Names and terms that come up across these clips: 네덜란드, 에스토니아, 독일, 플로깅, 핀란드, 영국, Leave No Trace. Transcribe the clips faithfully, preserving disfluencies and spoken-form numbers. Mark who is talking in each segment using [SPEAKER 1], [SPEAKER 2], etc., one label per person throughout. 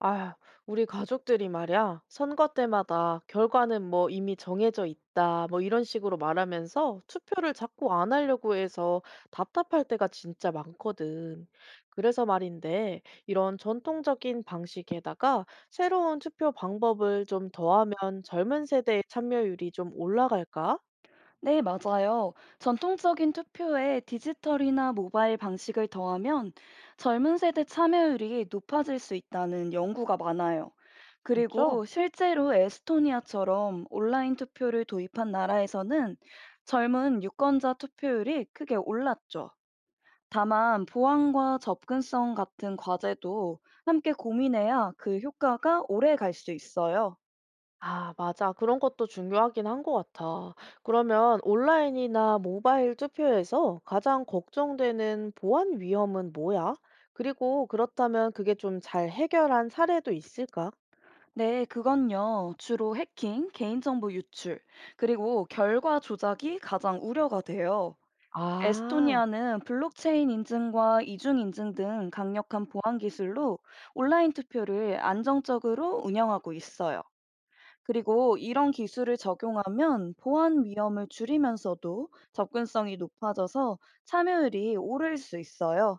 [SPEAKER 1] 아, 우리 가족들이 말이야, 선거 때마다 결과는 뭐 이미 정해져 있다, 뭐 이런 식으로 말하면서 투표를 자꾸 안 하려고 해서 답답할 때가 진짜 많거든. 그래서 말인데, 이런 전통적인 방식에다가 새로운 투표 방법을 좀 더하면 젊은 세대의 참여율이 좀 올라갈까?
[SPEAKER 2] 네, 맞아요. 전통적인 투표에 디지털이나 모바일 방식을 더하면 젊은 세대 참여율이 높아질 수 있다는 연구가 많아요.
[SPEAKER 1] 진짜?
[SPEAKER 2] 그리고 실제로 에스토니아처럼 온라인 투표를 도입한 나라에서는 젊은 유권자 투표율이 크게 올랐죠. 다만 보안과 접근성 같은 과제도 함께 고민해야 그 효과가 오래 갈 수 있어요.
[SPEAKER 1] 아, 맞아. 그런 것도 중요하긴 한 것 같아. 그러면 온라인이나 모바일 투표에서 가장 걱정되는 보안 위험은 뭐야? 그리고 그렇다면 그게 좀 잘 해결한 사례도 있을까?
[SPEAKER 2] 네, 그건요. 주로 해킹, 개인정보 유출, 그리고 결과 조작이 가장 우려가 돼요.
[SPEAKER 1] 아.
[SPEAKER 2] 에스토니아는 블록체인 인증과 이중 인증 등 강력한 보안 기술로 온라인 투표를 안정적으로 운영하고 있어요. 그리고 이런 기술을 적용하면 보안 위험을 줄이면서도 접근성이 높아져서 참여율이 오를 수 있어요.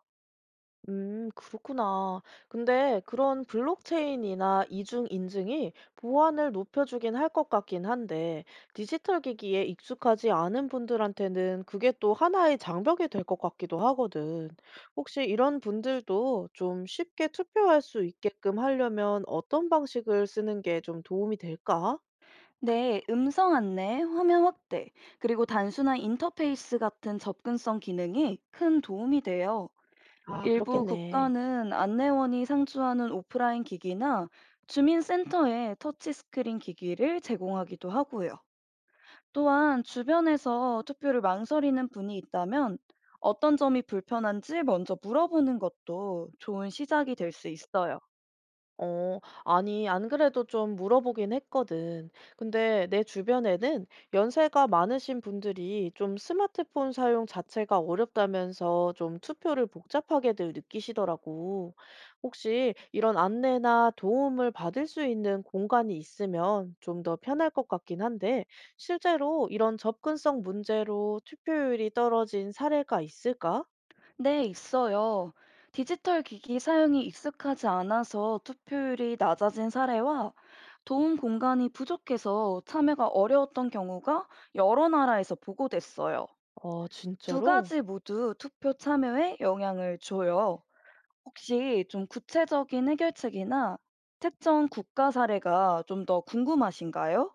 [SPEAKER 1] 음, 그렇구나. 근데 그런 블록체인이나 이중 인증이 보안을 높여주긴 할 것 같긴 한데, 디지털 기기에 익숙하지 않은 분들한테는 그게 또 하나의 장벽이 될 것 같기도 하거든. 혹시 이런 분들도 좀 쉽게 투표할 수 있게끔 하려면 어떤 방식을 쓰는 게 좀 도움이 될까?
[SPEAKER 2] 네, 음성 안내, 화면 확대, 그리고 단순한 인터페이스 같은 접근성 기능이 큰 도움이 돼요.
[SPEAKER 1] 아,
[SPEAKER 2] 일부
[SPEAKER 1] 그렇겠네.
[SPEAKER 2] 국가는 안내원이 상주하는 오프라인 기기나 주민센터에 터치스크린 기기를 제공하기도 하고요. 또한 주변에서 투표를 망설이는 분이 있다면 어떤 점이 불편한지 먼저 물어보는 것도 좋은 시작이 될 수 있어요.
[SPEAKER 1] 어, 아니, 안 그래도 좀 물어보긴 했거든. 근데 내 주변에는 연세가 많으신 분들이 좀 스마트폰 사용 자체가 어렵다면서 좀 투표를 복잡하게들 느끼시더라고. 혹시 이런 안내나 도움을 받을 수 있는 공간이 있으면 좀 더 편할 것 같긴 한데, 실제로 이런 접근성 문제로 투표율이 떨어진 사례가 있을까?
[SPEAKER 2] 네, 있어요. 디지털 기기 사용이 익숙하지 않아서 투표율이 낮아진 사례와 도움 공간이 부족해서 참여가 어려웠던 경우가 여러 나라에서 보고됐어요.
[SPEAKER 1] 어,
[SPEAKER 2] 두
[SPEAKER 1] 진짜로?
[SPEAKER 2] 가지 모두 투표 참여에 영향을 줘요. 혹시 좀 구체적인 해결책이나 특정 국가 사례가 좀 더 궁금하신가요?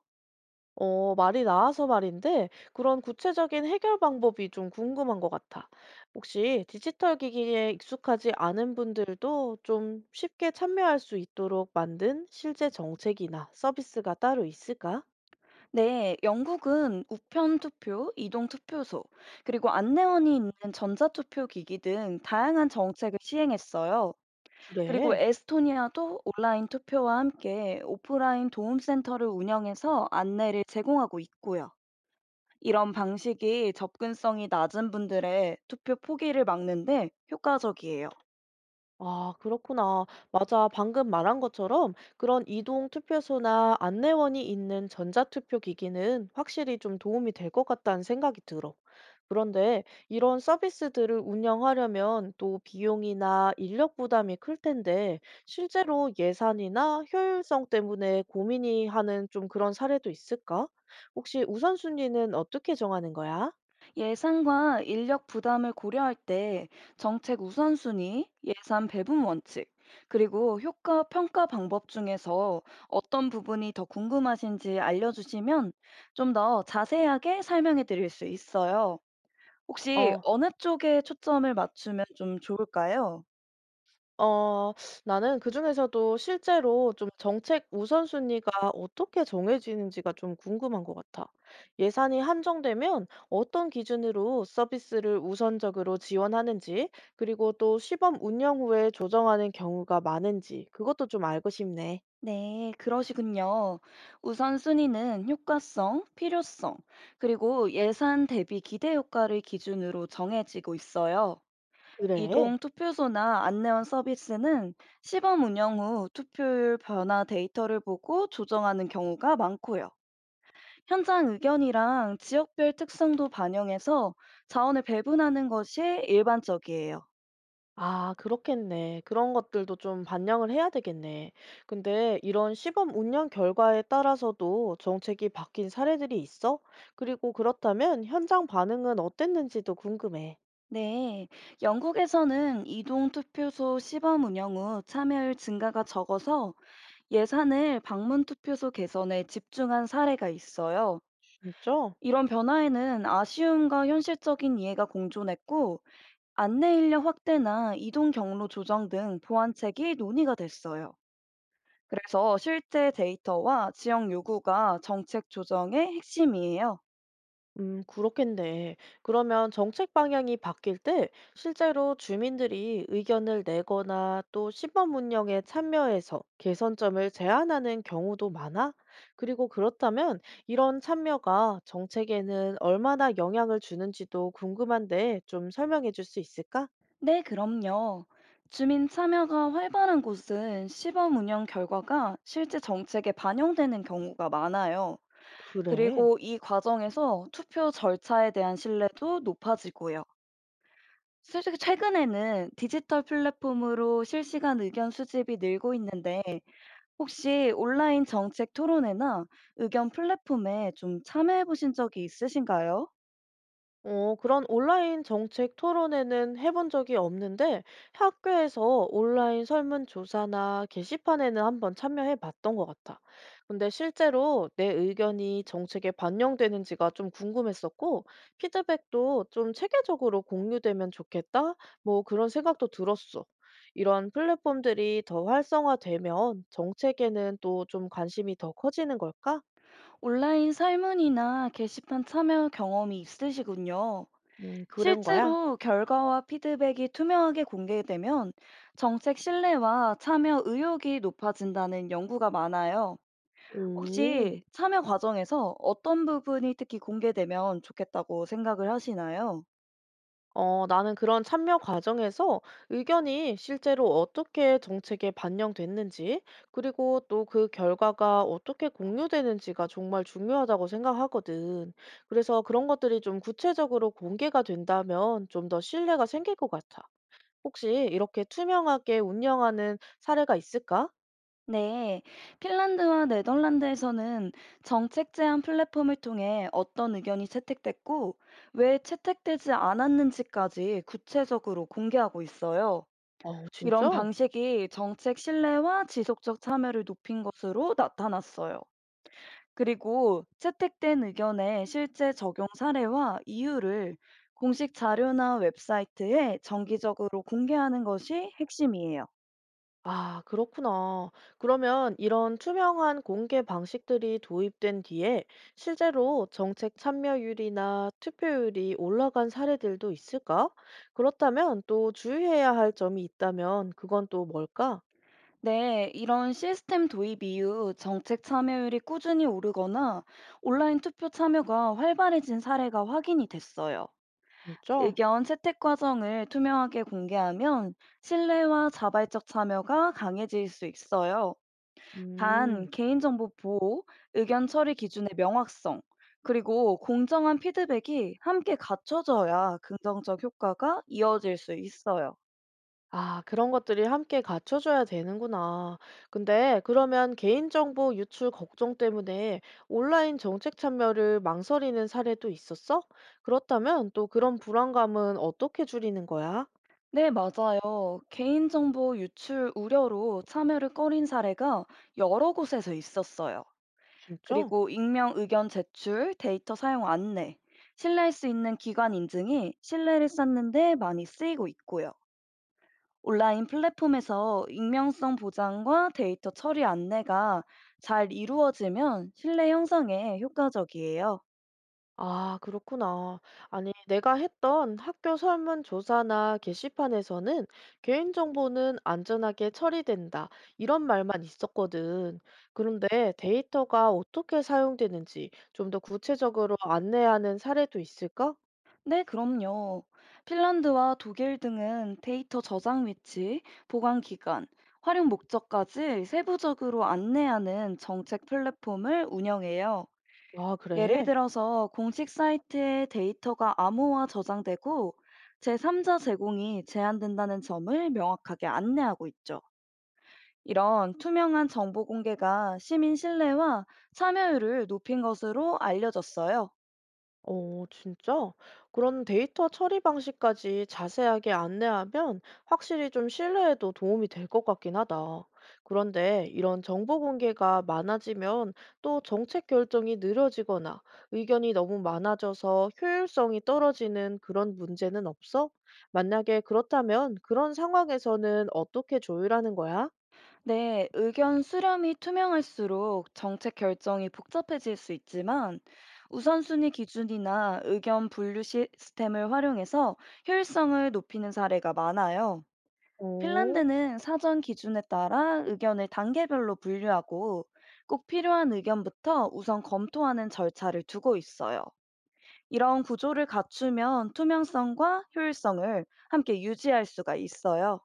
[SPEAKER 1] 어, 말이 나와서 말인데, 그런 구체적인 해결 방법이 좀 궁금한 것 같아. 혹시 디지털 기기에 익숙하지 않은 분들도 좀 쉽게 참여할 수 있도록 만든 실제 정책이나 서비스가 따로 있을까?
[SPEAKER 2] 네, 영국은 우편 투표, 이동 투표소, 그리고 안내원이 있는 전자투표 기기 등 다양한 정책을 시행했어요. 그리고
[SPEAKER 1] 그래.
[SPEAKER 2] 에스토니아도 온라인 투표와 함께 오프라인 도움센터를 운영해서 안내를 제공하고 있고요. 이런 방식이 접근성이 낮은 분들의 투표 포기를 막는데 효과적이에요.
[SPEAKER 1] 아, 그렇구나. 맞아. 방금 말한 것처럼 그런 이동 투표소나 안내원이 있는 전자투표 기기는 확실히 좀 도움이 될 것 같다는 생각이 들어. 그런데 이런 서비스들을 운영하려면 또 비용이나 인력 부담이 클 텐데 실제로 예산이나 효율성 때문에 고민이 하는 좀 그런 사례도 있을까? 혹시 우선순위는 어떻게 정하는 거야?
[SPEAKER 2] 예산과 인력 부담을 고려할 때 정책 우선순위, 예산 배분 원칙, 그리고 효과 평가 방법 중에서 어떤 부분이 더 궁금하신지 알려주시면 좀 더 자세하게 설명해 드릴 수 있어요. 혹시
[SPEAKER 1] 어.
[SPEAKER 2] 어느 쪽에 초점을 맞추면 좀 좋을까요?
[SPEAKER 1] 어 나는 그중에서도 실제로 좀 정책 우선순위가 어떻게 정해지는지가 좀 궁금한 것 같아. 예산이 한정되면 어떤 기준으로 서비스를 우선적으로 지원하는지, 그리고 또 시범 운영 후에 조정하는 경우가 많은지, 그것도 좀 알고 싶네.
[SPEAKER 2] 네, 그러시군요. 우선순위는 효과성, 필요성, 그리고 예산 대비 기대 효과를 기준으로 정해지고 있어요.
[SPEAKER 1] 그래.
[SPEAKER 2] 이동 투표소나 안내원 서비스는 시범 운영 후 투표율 변화 데이터를 보고 조정하는 경우가 많고요. 현장 의견이랑 지역별 특성도 반영해서 자원을 배분하는 것이 일반적이에요.
[SPEAKER 1] 아 그렇겠네. 그런 것들도 좀 반영을 해야 되겠네. 근데 이런 시범 운영 결과에 따라서도 정책이 바뀐 사례들이 있어? 그리고 그렇다면 현장 반응은 어땠는지도 궁금해.
[SPEAKER 2] 네, 영국에서는 이동 투표소 시범 운영 후 참여율 증가가 적어서 예산을 방문 투표소 개선에 집중한 사례가 있어요.
[SPEAKER 1] 진짜?
[SPEAKER 2] 이런 변화에는 아쉬움과 현실적인 이해가 공존했고, 안내 인력 확대나 이동 경로 조정 등 보완책이 논의가 됐어요. 그래서 실제 데이터와 지역 요구가 정책 조정의 핵심이에요.
[SPEAKER 1] 음, 그렇겠네. 그러면 정책 방향이 바뀔 때 실제로 주민들이 의견을 내거나 또 시범 운영에 참여해서 개선점을 제안하는 경우도 많아? 그리고 그렇다면 이런 참여가 정책에는 얼마나 영향을 주는지도 궁금한데 좀 설명해 줄 수 있을까?
[SPEAKER 2] 네, 그럼요. 주민 참여가 활발한 곳은 시범 운영 결과가 실제 정책에 반영되는 경우가 많아요.
[SPEAKER 1] 그래.
[SPEAKER 2] 그리고 이 과정에서 투표 절차에 대한 신뢰도 높아지고요. 실제 최근에는 디지털 플랫폼으로 실시간 의견 수집이 늘고 있는데 혹시 온라인 정책 토론회나 의견 플랫폼에 좀 참여해 보신 적이 있으신가요?
[SPEAKER 1] 어, 그런 온라인 정책 토론회는 해본 적이 없는데 학교에서 온라인 설문조사나 게시판에는 한번 참여해 봤던 것 같아. 근데 실제로 내 의견이 정책에 반영되는지가 좀 궁금했었고 피드백도 좀 체계적으로 공유되면 좋겠다. 뭐 그런 생각도 들었어. 이런 플랫폼들이 더 활성화되면 정책에는 또 좀 관심이 더 커지는 걸까?
[SPEAKER 2] 온라인 설문이나 게시판 참여 경험이 있으시군요.
[SPEAKER 1] 음, 그런 거야.
[SPEAKER 2] 실제로 결과와 피드백이 투명하게 공개되면 정책 신뢰와 참여 의욕이 높아진다는 연구가 많아요.
[SPEAKER 1] 오.
[SPEAKER 2] 혹시 참여 과정에서 어떤 부분이 특히 공개되면 좋겠다고 생각을 하시나요?
[SPEAKER 1] 어, 나는 그런 참여 과정에서 의견이 실제로 어떻게 정책에 반영됐는지, 그리고 또 그 결과가 어떻게 공유되는지가 정말 중요하다고 생각하거든. 그래서 그런 것들이 좀 구체적으로 공개가 된다면 좀 더 신뢰가 생길 것 같아. 혹시 이렇게 투명하게 운영하는 사례가 있을까?
[SPEAKER 2] 네, 핀란드와 네덜란드에서는 정책 제안 플랫폼을 통해 어떤 의견이 채택됐고, 왜 채택되지 않았는지까지 구체적으로 공개하고 있어요.
[SPEAKER 1] 어,
[SPEAKER 2] 이런
[SPEAKER 1] 진짜?
[SPEAKER 2] 방식이 정책 신뢰와 지속적 참여를 높인 것으로 나타났어요. 그리고 채택된 의견의 실제 적용 사례와 이유를 공식 자료나 웹사이트에 정기적으로 공개하는 것이 핵심이에요.
[SPEAKER 1] 아, 그렇구나. 그러면 이런 투명한 공개 방식들이 도입된 뒤에 실제로 정책 참여율이나 투표율이 올라간 사례들도 있을까? 그렇다면 또 주의해야 할 점이 있다면 그건 또 뭘까?
[SPEAKER 2] 네, 이런 시스템 도입 이후 정책 참여율이 꾸준히 오르거나 온라인 투표 참여가 활발해진 사례가 확인이 됐어요.
[SPEAKER 1] 진짜?
[SPEAKER 2] 의견 채택 과정을 투명하게 공개하면 신뢰와 자발적 참여가 강해질 수 있어요. 단,
[SPEAKER 1] 음.
[SPEAKER 2] 개인정보 보호, 의견 처리 기준의 명확성, 그리고 공정한 피드백이 함께 갖춰져야 긍정적 효과가 이어질 수 있어요.
[SPEAKER 1] 아, 그런 것들이 함께 갖춰줘야 되는구나. 근데 그러면 개인정보 유출 걱정 때문에 온라인 정책 참여를 망설이는 사례도 있었어? 그렇다면 또 그런 불안감은 어떻게 줄이는 거야?
[SPEAKER 2] 네, 맞아요. 개인정보 유출 우려로 참여를 꺼린 사례가 여러 곳에서 있었어요.
[SPEAKER 1] 진짜?
[SPEAKER 2] 그리고 익명 의견 제출, 데이터 사용 안내, 신뢰할 수 있는 기관 인증이 신뢰를 쌓는데 많이 쓰이고 있고요. 온라인 플랫폼에서 익명성 보장과 데이터 처리 안내가 잘 이루어지면 신뢰 형성에 효과적이에요.
[SPEAKER 1] 아, 그렇구나. 아니, 내가 했던 학교 설문조사나 게시판에서는 개인정보는 안전하게 처리된다. 이런 말만 있었거든. 그런데 데이터가 어떻게 사용되는지 좀 더 구체적으로 안내하는 사례도 있을까?
[SPEAKER 2] 네, 그럼요. 핀란드와 독일 등은 데이터 저장 위치, 보관 기간, 활용 목적까지 세부적으로 안내하는 정책 플랫폼을 운영해요.
[SPEAKER 1] 아,
[SPEAKER 2] 예를
[SPEAKER 1] 그래?
[SPEAKER 2] 들어서 공식 사이트에 데이터가 암호화 저장되고 제삼자 제공이 제한된다는 점을 명확하게 안내하고 있죠. 이런 투명한 정보 공개가 시민 신뢰와 참여율을 높인 것으로 알려졌어요.
[SPEAKER 1] 어, 진짜? 그런 데이터 처리 방식까지 자세하게 안내하면 확실히 좀 신뢰에도 도움이 될 것 같긴 하다. 그런데 이런 정보 공개가 많아지면 또 정책 결정이 느려지거나 의견이 너무 많아져서 효율성이 떨어지는 그런 문제는 없어? 만약에 그렇다면 그런 상황에서는 어떻게 조율하는 거야?
[SPEAKER 2] 네, 의견 수렴이 투명할수록 정책 결정이 복잡해질 수 있지만 우선순위 기준이나 의견 분류 시스템을 활용해서 효율성을 높이는 사례가 많아요.
[SPEAKER 1] 어.
[SPEAKER 2] 핀란드는 사전 기준에 따라 의견을 단계별로 분류하고 꼭 필요한 의견부터 우선 검토하는 절차를 두고 있어요. 이런 구조를 갖추면 투명성과 효율성을 함께 유지할 수가 있어요.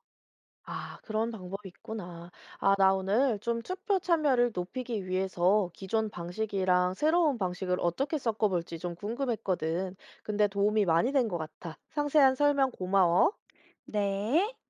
[SPEAKER 1] 아, 그런 방법이 있구나. 아, 나 오늘 좀 투표 참여를 높이기 위해서 기존 방식이랑 새로운 방식을 어떻게 섞어볼지 좀 궁금했거든. 근데 도움이 많이 된 것 같아. 상세한 설명 고마워.
[SPEAKER 2] 네.